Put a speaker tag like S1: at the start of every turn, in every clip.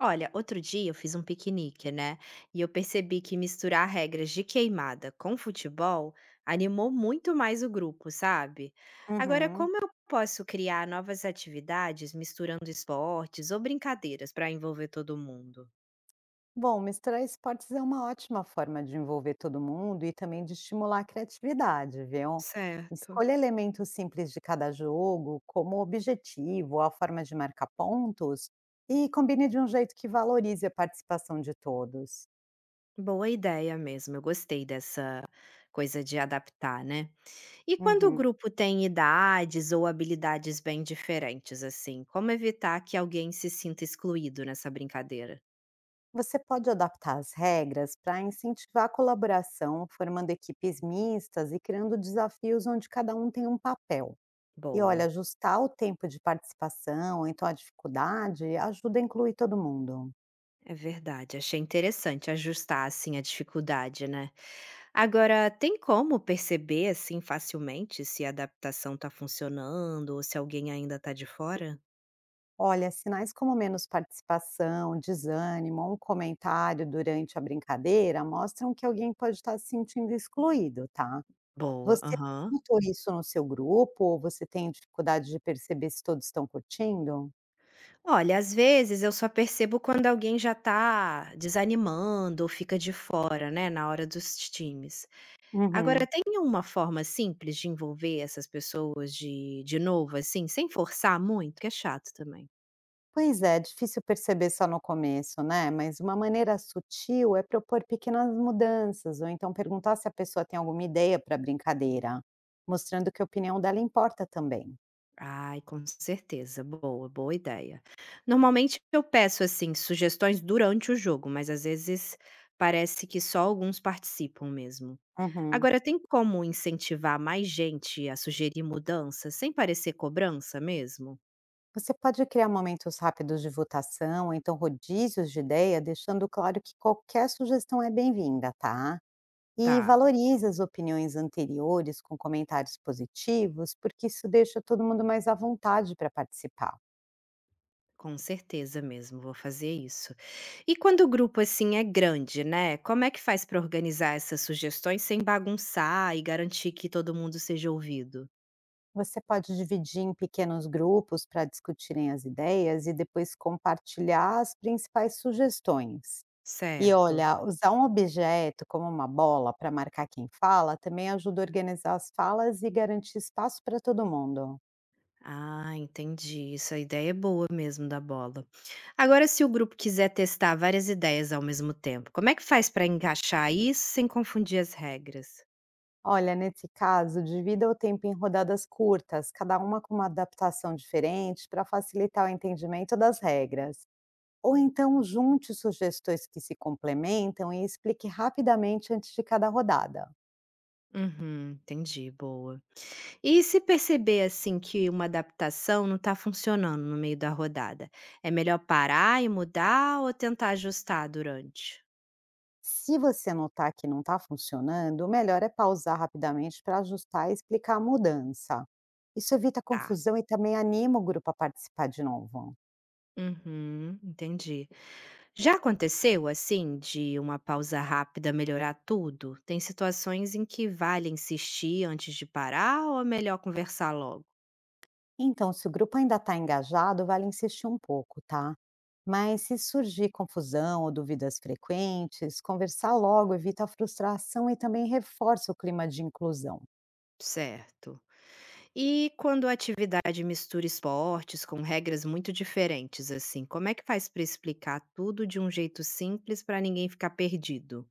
S1: Olha, outro dia eu fiz um piquenique, né? E eu percebi que misturar regras de queimada com futebol animou muito mais o grupo, sabe? Agora,
S2: Uhum.
S1: como eu posso criar novas atividades misturando esportes ou brincadeiras para envolver todo mundo?
S2: Bom, misturar esportes é uma ótima forma de envolver todo mundo e também de estimular a criatividade, viu?
S1: Certo.
S2: Escolha elementos simples de cada jogo, como o objetivo ou a forma de marcar pontos, e combine de um jeito que valorize a participação de todos.
S1: Boa ideia mesmo, eu gostei dessa coisa de adaptar, né? E quando o
S2: Uhum.
S1: grupo tem idades ou habilidades bem diferentes, assim, como evitar que alguém se sinta excluído nessa brincadeira?
S2: Você pode adaptar as regras para incentivar a colaboração, formando equipes mistas e criando desafios onde cada um tem um papel. E olha,
S1: Boa,
S2: ajustar o tempo de participação, ou então a dificuldade, ajuda a incluir todo mundo.
S1: é verdade. Achei interessante ajustar assim a dificuldade, né? Agora, tem como perceber assim facilmente se a adaptação está funcionando ou se alguém ainda está de fora?
S2: Olha, sinais como menos participação, desânimo ou um comentário durante a brincadeira mostram que alguém pode estar se sentindo excluído, tá?
S1: Boa,
S2: Você
S1: aham.
S2: notou isso no seu grupo ou você tem dificuldade de perceber se todos estão curtindo?
S1: Olha, às vezes eu só percebo quando alguém já tá desanimando ou fica de fora, né, na hora dos times.
S2: Uhum.
S1: Agora, tem uma forma simples de envolver essas pessoas de novo, assim, sem forçar muito, que é chato também.
S2: Pois é, difícil perceber só no começo, né, mas uma maneira sutil é propor pequenas mudanças, ou então perguntar se a pessoa tem alguma ideia para a brincadeira, mostrando que a opinião dela importa também.
S1: Ai, com certeza. Boa, boa ideia. Normalmente eu peço assim sugestões durante o jogo, mas às vezes parece que só alguns participam mesmo.
S2: Uhum.
S1: Agora, tem como incentivar mais gente a sugerir mudanças sem parecer cobrança mesmo?
S2: Você pode criar momentos rápidos de votação, ou então rodízios de ideia, deixando claro que qualquer sugestão é bem-vinda, tá? E
S1: Tá.
S2: valorize as opiniões anteriores com comentários positivos, porque isso deixa todo mundo mais à vontade para participar.
S1: Com certeza mesmo, vou fazer isso. E quando o grupo assim é grande, né? Como é que faz para organizar essas sugestões sem bagunçar e garantir que todo mundo seja ouvido?
S2: Você pode dividir em pequenos grupos para discutirem as ideias e depois compartilhar as principais sugestões. E
S1: Certo.
S2: olha, usar um objeto como uma bola para marcar quem fala também ajuda a organizar as falas e garantir espaço para todo mundo.
S1: Ah, entendi. Isso, a ideia é boa mesmo da bola. Agora, se o grupo quiser testar várias ideias ao mesmo tempo, como é que faz para encaixar isso sem confundir as regras?
S2: Olha, nesse caso, divida o tempo em rodadas curtas, cada uma com uma adaptação diferente para facilitar o entendimento das regras. Ou então junte sugestões que se complementam e explique rapidamente antes de cada rodada.
S1: Uhum, entendi, boa. E se perceber assim que uma adaptação não está funcionando no meio da rodada, é melhor parar e mudar ou tentar ajustar durante?
S2: Se você notar que não está funcionando, o melhor é pausar rapidamente para ajustar e explicar a mudança. Isso evita
S1: Tá.
S2: confusão e também anima o grupo a participar de novo.
S1: Uhum, entendi. Já aconteceu assim de uma pausa rápida melhorar tudo? Tem situações em que vale insistir antes de parar ou é melhor conversar logo?
S2: Então, se o grupo ainda está engajado, vale insistir um pouco, tá? Mas se surgir confusão ou dúvidas frequentes, conversar logo evita a frustração e também reforça o clima de inclusão.
S1: Certo. E quando a atividade mistura esportes com regras muito diferentes assim, como é que faz para explicar tudo de um jeito simples para ninguém ficar perdido?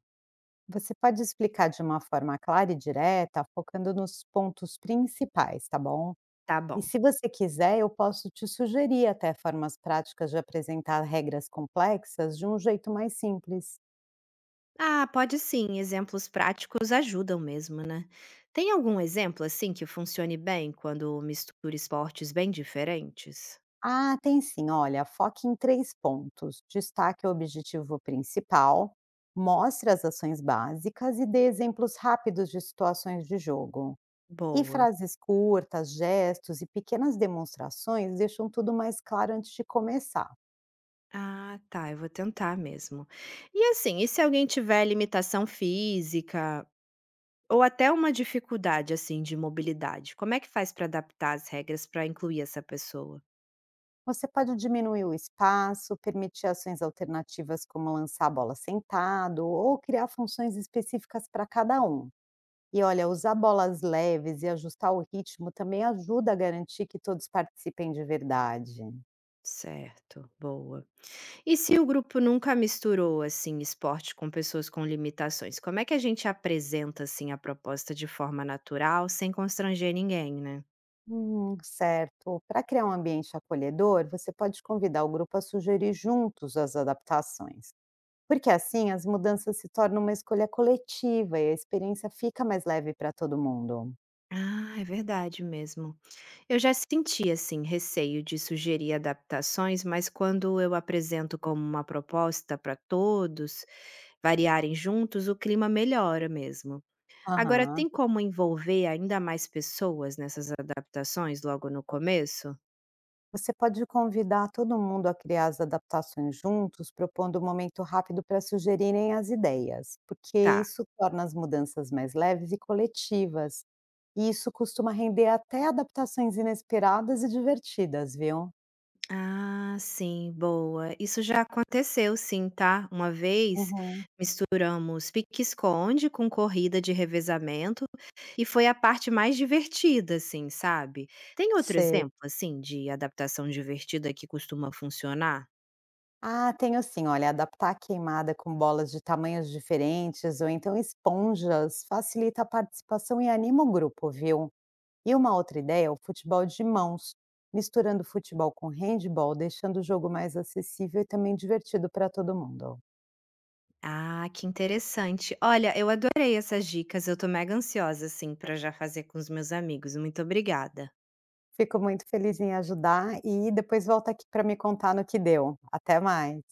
S2: Você pode explicar de uma forma clara e direta, focando nos pontos principais, tá bom?
S1: Tá
S2: E
S1: bom.
S2: se você quiser, eu posso te sugerir até formas práticas de apresentar regras complexas de um jeito mais simples.
S1: Ah, pode sim, exemplos práticos ajudam mesmo, né? Tem algum exemplo assim que funcione bem quando mistura esportes bem diferentes?
S2: Ah, tem sim. Olha, foque em três pontos. Destaque o objetivo principal, mostre as ações básicas e dê exemplos rápidos de situações de jogo. E
S1: Boa.
S2: frases curtas, gestos e pequenas demonstrações deixam tudo mais claro antes de começar.
S1: Ah, tá, eu vou tentar mesmo. E assim, e se alguém tiver limitação física ou até uma dificuldade assim de mobilidade, como é que faz para adaptar as regras para incluir essa pessoa?
S2: Você pode diminuir o espaço, permitir ações alternativas como lançar a bola sentado ou criar funções específicas para cada um. E olha, usar bolas leves e ajustar o ritmo também ajuda a garantir que todos participem de verdade.
S1: Certo, boa. E se o grupo nunca misturou assim esporte com pessoas com limitações, como é que a gente apresenta assim a proposta de forma natural, sem constranger ninguém, né?
S2: Certo. Para criar um ambiente acolhedor, você pode convidar o grupo a sugerir juntos as adaptações. Porque assim as mudanças se tornam uma escolha coletiva e a experiência fica mais leve para todo mundo.
S1: Ah, é verdade mesmo. Eu já senti, assim, receio de sugerir adaptações, mas quando eu apresento como uma proposta para todos variarem juntos, o clima melhora mesmo. Agora,
S2: Aham.
S1: tem como envolver ainda mais pessoas nessas adaptações logo no começo?
S2: Você pode convidar todo mundo a criar as adaptações juntos, propondo um momento rápido para sugerirem as ideias, porque
S1: Tá.
S2: isso torna as mudanças mais leves e coletivas. E isso costuma render até adaptações inesperadas e divertidas, viu?
S1: Ah, sim, boa. Isso já aconteceu sim, tá. Uma vez
S2: Uhum.
S1: misturamos pique-esconde com corrida de revezamento e foi a parte mais divertida, assim, sabe. Tem outro
S2: Sei.
S1: exemplo, assim, de adaptação divertida que costuma funcionar?
S2: Ah, tenho sim. Olha, adaptar a queimada com bolas de tamanhos diferentes ou então esponjas facilita a participação e anima o grupo, viu? E uma outra ideia é o futebol de mãos, misturando futebol com handball, deixando o jogo mais acessível e também divertido para todo mundo.
S1: Ah, que interessante. Olha, eu adorei essas dicas, eu tô mega ansiosa, assim, pra já fazer com os meus amigos. Muito obrigada.
S2: Fico muito feliz em ajudar e depois volta aqui para me contar no que deu. Até mais.